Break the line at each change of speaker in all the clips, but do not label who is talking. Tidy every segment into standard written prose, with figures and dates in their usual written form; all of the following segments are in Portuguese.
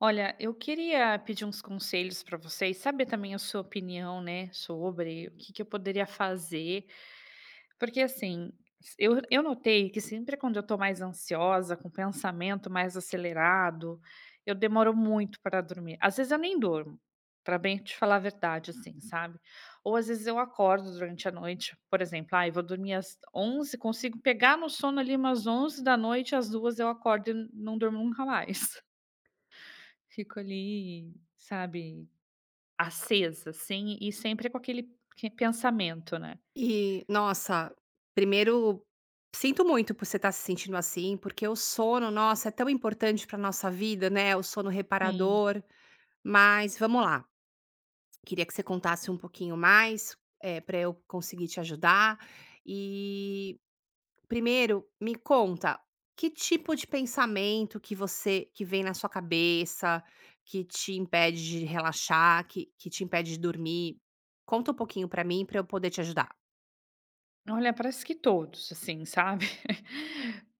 Olha, eu queria pedir uns conselhos para vocês, saber também a sua opinião, né, sobre o que que eu poderia fazer. Porque assim, eu notei que sempre quando eu estou mais ansiosa, com pensamento mais acelerado, eu demoro muito para dormir. Às vezes eu nem durmo, para bem te falar a verdade, assim, sabe? Ou às vezes eu acordo durante a noite, por exemplo, ah, eu vou dormir às 11h, consigo pegar no sono ali umas 11h da noite, às 2h eu acordo e não durmo nunca mais. Fico ali, sabe, acesa, assim, e sempre com aquele que pensamento, né.
E, nossa, primeiro, sinto muito por você estar se sentindo assim, porque o sono, nossa, é tão importante para nossa vida, né? O sono
Sim.
reparador. Mas vamos lá, queria que você contasse um pouquinho mais, para eu conseguir te ajudar. E primeiro, me conta, que tipo de pensamento que você que vem na sua cabeça, que te impede de relaxar, que te impede de dormir? Conta um pouquinho para mim, para eu poder te ajudar.
Olha, parece que todos, assim, sabe.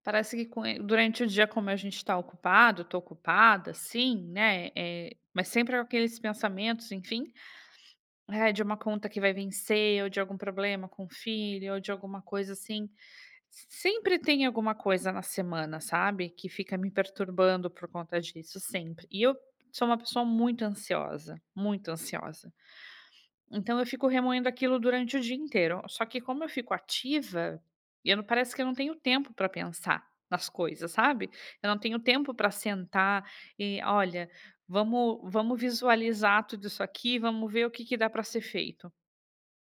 Parece que durante o dia, como a gente está ocupado, tô ocupada, assim, né, mas sempre com aqueles pensamentos, enfim, de uma conta que vai vencer, ou de algum problema com o filho, ou de alguma coisa assim. Sempre tem alguma coisa na semana, sabe, que fica me perturbando por conta disso, sempre. E eu sou uma pessoa muito ansiosa, muito ansiosa. Então eu fico remoendo aquilo durante o dia inteiro. Só que como eu fico ativa, eu não parece que eu não tenho tempo para pensar nas coisas, sabe. Eu não tenho tempo para sentar e: "Olha, vamos visualizar tudo isso aqui, vamos ver o que que dá para ser feito".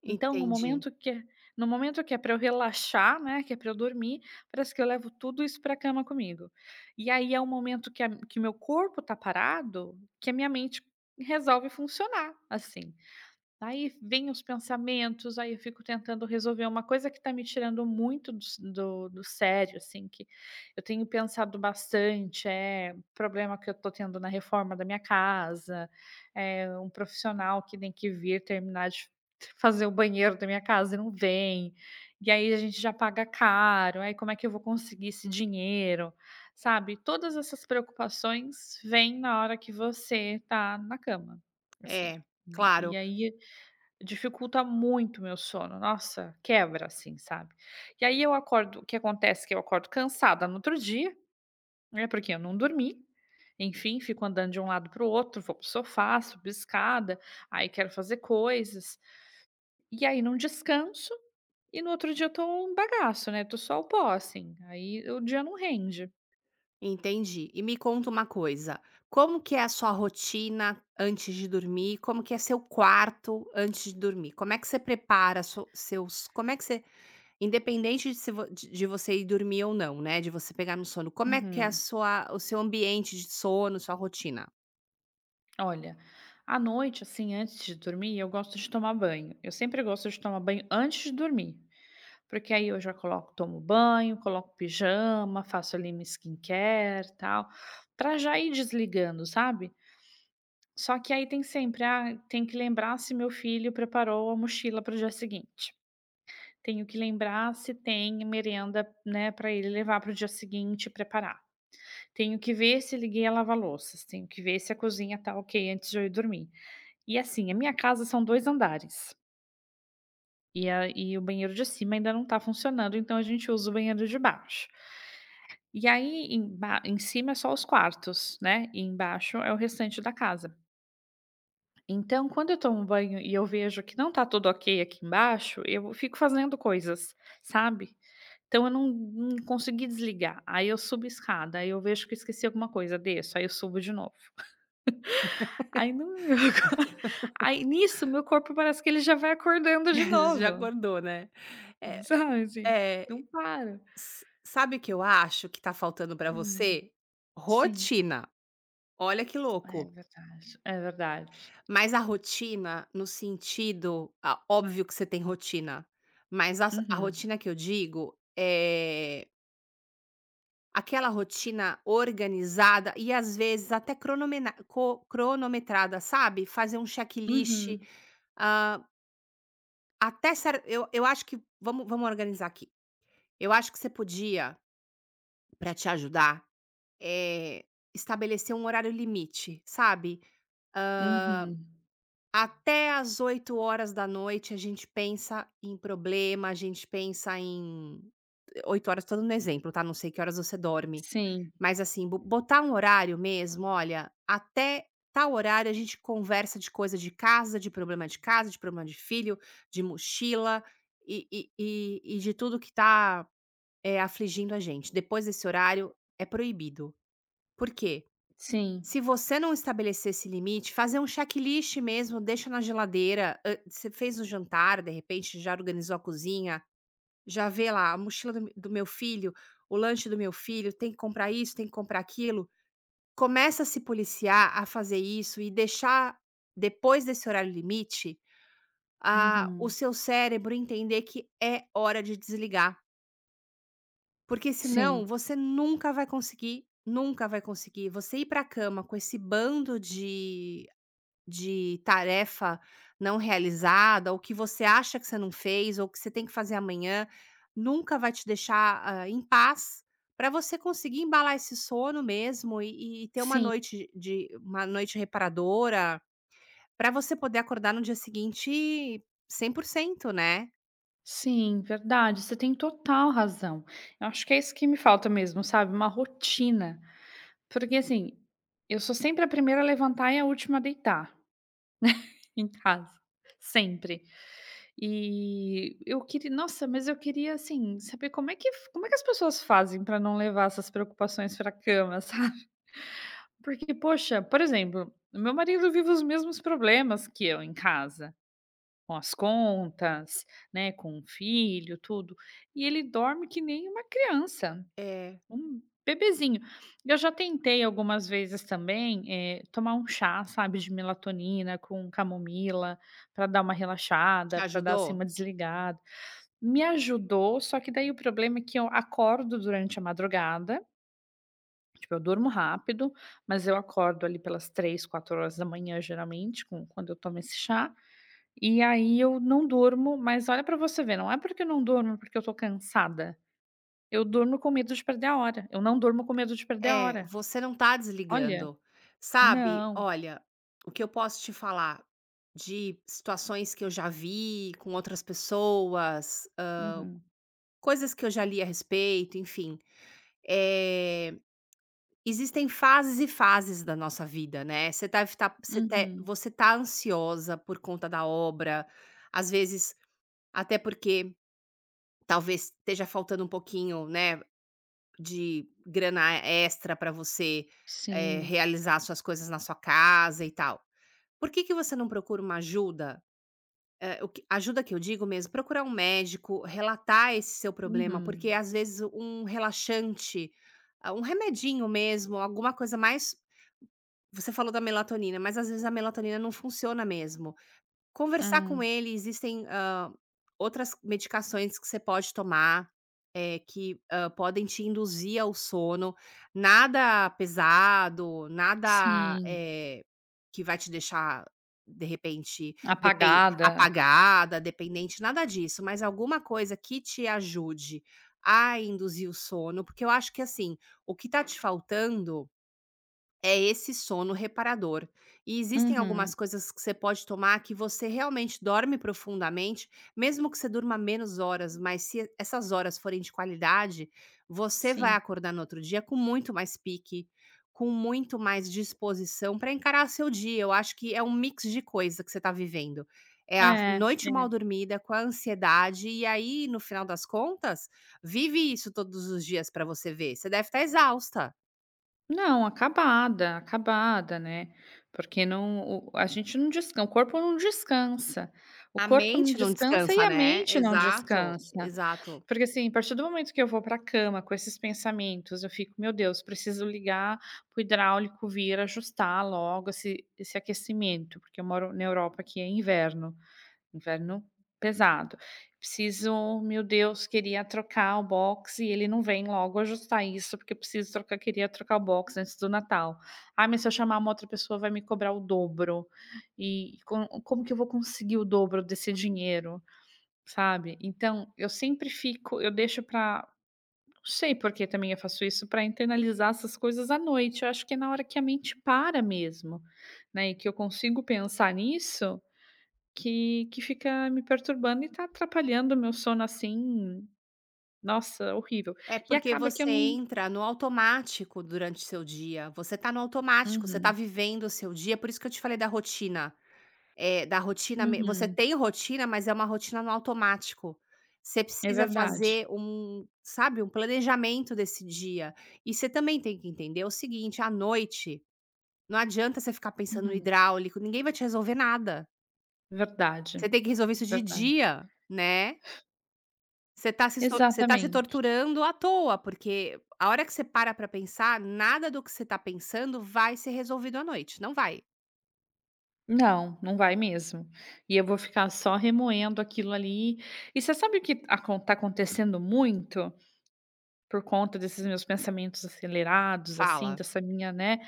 Então,
Entendi.
no momento que é para eu relaxar, né, que é para eu dormir, parece que eu levo tudo isso para a cama comigo. E aí é o momento que a que o meu corpo tá parado, que a minha mente resolve funcionar, assim. Aí vem os pensamentos, aí eu fico tentando resolver. É uma coisa que está me tirando muito do s do do sério, assim, que eu tenho pensado bastante. É um problema que eu estou tendo na reforma da minha casa, é um profissional que tem que vir terminar de fazer o banheiro da minha casa e não vem, e aí a gente já paga caro, aí como é que eu vou conseguir esse dinheiro, sabe. Todas essas preocupações vêm na hora que você tá na cama, assim,
É,
e
claro,
aí dificulta muito meu sono, nossa, quebra assim, sabe. E aí eu acordo, o que acontece é que eu acordo cansada no outro dia, né, porque eu não dormi, enfim, fico andando de um lado para o outro, vou pro sofá, subo escada, aí quero fazer coisas, e aí não descanso, e no outro dia eu tô um bagaço, né, tô só o pó assim, aí o dia não rende.
entendi. E me conta uma coisa, como que é a sua rotina antes de dormir? Como que é seu quarto antes de dormir? Como é que você prepara seus como é que você independente de se vo de você ir dormir ou não, né, de você pegar no sono, como é que é a
Uhum.
sua o seu ambiente de sono, sua rotina?
Olha, à noite, assim, antes de dormir, eu gosto de tomar banho, eu sempre gosto de tomar banho antes de dormir. Porque aí eu já coloco tomo banho, coloco pijama, faço ali minha skincare, tal, pra já ir desligando, sabe. Só que aí tem sempre: "Ah, tem que lembrar se meu filho preparou a mochila para o dia seguinte. Tenho que lembrar se tem merenda, né, para ele levar para o dia seguinte e preparar. Tenho que ver se liguei a lava-louças, tenho que ver se a cozinha tá ok antes de eu ir dormir". E assim, a minha casa são 2 andares, e a e o banheiro de cima ainda não tá funcionando, então a gente usa o banheiro de baixo. E aí emba em cima é só os quartos, né, e embaixo é o restante da casa. Então quando eu tomo banho e eu vejo que não tá tudo ok aqui embaixo, eu fico fazendo coisas, sabe. Então eu não consegui desligar, aí eu subo a escada, aí eu vejo que eu esqueci alguma coisa, desço, aí eu subo de novo. Aí no meu aí nisso meu corpo parece que ele já vai acordando de
Você já
novo,
acordou, né. É,
sabe, assim,
eh,
não para.
s sabe o que eu acho que tá faltando pra
Hum,
você?
sim,
Rotina. Olha que
é
louco.
verdade, é verdade.
Mas a rotina no sentido ah, óbvio que você tem rotina, mas a
Uhum.
rotina que eu digo é aquela rotina organizada e às vezes até cronomena co cronometrada, sabe, fazer um checklist,
Uhum,
hã, até cer eu acho que vamos organizar aqui. Eu acho que você podia, para te ajudar, eh, estabelecer um horário limite, sabe.
uhum.
Até às 8 horas da noite a gente pensa em problema, a gente pensa em 8 horas todo dando exemplo, tá, não sei que horas você dorme,
Sim,
mas assim, bo botar um horário mesmo, olha, até tal horário a gente conversa de coisa de casa, de problema de casa, de problema de filho, de mochila e de tudo que tá, afligindo a gente. Depois desse horário é proibido. Por quê?
sim.
Se você não estabelecer esse limite, fazer um checklist mesmo, deixa na geladeira, você fez o jantar, de repente já organizou a cozinha, já vê lá a mochila do meu filho, o lanche do meu filho, tem que comprar isso, tem que comprar aquilo. Começa a se policiar a fazer isso e deixar depois desse horário limite, ah, o
Uhum.
seu cérebro entender que é hora de desligar, porque senão
Sim,
você nunca vai conseguir, nunca vai conseguir. Você ir pra cama com esse bando de tarefa não realizada, ou que você acha que você não fez, ou que você tem que fazer amanhã, nunca vai te deixar, em paz, para você conseguir embalar esse sono mesmo e ter uma
sim,
noite de uma noite reparadora, para você poder acordar no dia seguinte 100%, né.
sim, verdade, você tem total razão. Eu acho que é isso que me falta mesmo, sabe, uma rotina. Porque, assim, eu sou sempre a primeira a levantar e a última a deitar em casa, sempre. E eu queria, nossa, mas eu queria, assim, saber como é que as pessoas fazem para não levar essas preocupações pra cama, sabe. Porque, poxa, por exemplo, meu marido vive os mesmos problemas que eu em casa. Com as contas, né, com o filho, tudo. E ele dorme que nem uma criança,
É.
um bebezinho. Eu já tentei algumas vezes também, tomar um chá, sabe, de melatonina com camomila, para dar uma
Te
relaxada, para dar, assim,
ajudou?
uma desligada. Me ajudou, só que daí o problema é que eu acordo durante a madrugada, tipo, eu durmo rápido, mas eu acordo ali pelas 3h, 4h da manhã, geralmente, com quando eu tomo esse chá, e aí eu não durmo, mas olha pra você ver, não é porque eu não durmo, porque eu tô cansada. Eu durmo com medo de perder a hora, eu não durmo com medo de perder a
É,
hora.
você não tá
Olha,
desligando, sabe.
não.
Olha, o que eu posso te falar de situações que eu já vi com outras pessoas,
Uhum,
coisas que eu já li a respeito, enfim, eh, existem fases e fases da nossa vida, né. Você deve tá você te
uhum.
você tá ansiosa por conta da obra, às vezes até porque talvez esteja faltando um pouquinho, né, de grana extra para você,
Sim.
realizar suas coisas na sua casa e tal. Por que que você não procura uma ajuda? O que ajuda que eu digo mesmo, procurar um médico, relatar esse seu problema, porque
Uhum.
às vezes um relaxante, ah, um remedinho mesmo, alguma coisa mais, você falou da melatonina, mas às vezes a melatonina não funciona mesmo. Conversar com
Hum.
ele, existem, outras medicações que você pode tomar, que, podem te induzir ao sono. Nada pesado, nada,
Sim.
que vai te deixar, de repente, depen
Apagada.
apagada, dependente, nada disso, mas alguma coisa que te ajude a induzir o sono, porque eu acho que, assim, o que tá te faltando é esse sono reparador. E existem algumas
Uhum.
coisas que você pode tomar que você realmente dorme profundamente, mesmo que você durma menos horas, mas se essas horas forem de qualidade, você vai
Sim.
acordar no outro dia com muito mais pique, com muito mais disposição para encarar seu dia. Eu acho que é um mix de coisa que você está vivendo. É a
É,
noite
é.
mal dormida com a ansiedade, e aí, no final das contas, vive isso todos os dias para você ver. Você deve estar exausta.
Não, acabada, acabada, né, porque não o a gente não descansa. O corpo não descansa. O
A
corpo não
mente não
descansa e
descansa,
a
né.
mente não
Exato,
descansa.
exato.
Porque assim, a partir do momento que eu vou para a cama com esses pensamentos, eu fico: "Meu Deus, preciso ligar para o hidráulico vir ajustar logo esse aquecimento", porque eu moro na Europa, que é inverno, inverno pesado. "Preciso, meu Deus, queria trocar o box e ele não vem logo ajustar isso, porque eu preciso trocar queria trocar o box antes do Natal. Ah, mas se eu chamar uma outra pessoa vai me cobrar o dobro, e como que eu vou conseguir o dobro desse dinheiro?". Sabe, então eu sempre fico eu deixo pra, não sei por que também eu faço isso, pra internalizar essas coisas à noite. Eu acho que é na hora que a mente para mesmo, né, e que eu consigo pensar nisso, que fica me perturbando e tá atrapalhando o meu sono, assim, nossa, horrível.
É
E
porque
acaba que eu
você
não.
entra no automático durante o seu dia, você tá no automático, você tá
Uhum,
vivendo o seu dia, por isso que eu te falei da rotina, eh, da rotina me você
uhum,
tem rotina, mas é uma rotina no automático. Você
é
precisa
verdade.
fazer um, sabe, um planejamento desse dia. E você também tem que entender o seguinte, à noite, não adianta você ficar pensando no
Uhum,
hidráulico, ninguém vai te resolver nada.
verdade,
Você tem que resolver isso de
verdade.
dia, né. Você tá se
Exatamente.
torturando à toa, porque a hora que você para pra pensar, nada do que você tá pensando vai ser resolvido à noite, não vai.
Não, não vai mesmo. E eu vou ficar só remoendo aquilo ali. E você sabe o que acon tá acontecendo muito? Por conta desses meus pensamentos acelerados, assim,
Fala:
dessa minha, né,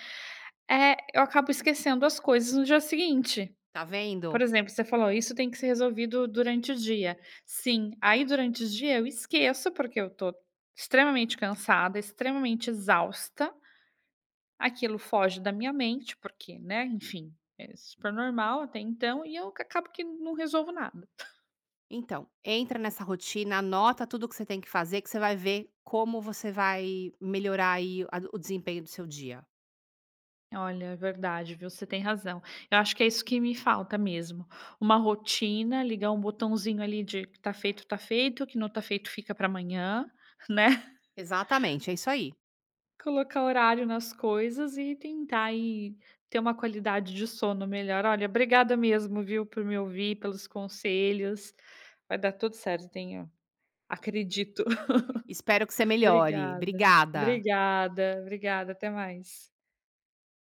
é, eu acabo esquecendo as coisas no dia seguinte.
"Tá
Por
vendo?
exemplo, você falou: "Isso tem que ser resolvido durante o dia". Sim, aí durante o dia eu esqueço, porque eu tô extremamente cansada, extremamente exausta, aquilo foge da minha mente, porque, né, enfim, é super normal até então, e eu acabo que não resolvo nada.
Então, entra nessa rotina, anota tudo que você tem que fazer, que você vai ver como você vai melhorar aí a o desempenho do seu dia".
Olha, é verdade, viu, você tem razão. Eu acho que é isso que me falta mesmo, uma rotina, ligar um botãozinho ali de que tá feito, que não tá feito fica para amanhã, né.
Exatamente, é isso aí.
Colocar horário nas coisas e tentar aí ter uma qualidade de sono melhor. Olha, obrigada mesmo, viu, por me ouvir, pelos conselhos. Vai dar tudo certo, tenho, acredito.
Espero que você melhore.
Obrigada,
Obrigada.
obrigada, obrigada, até mais.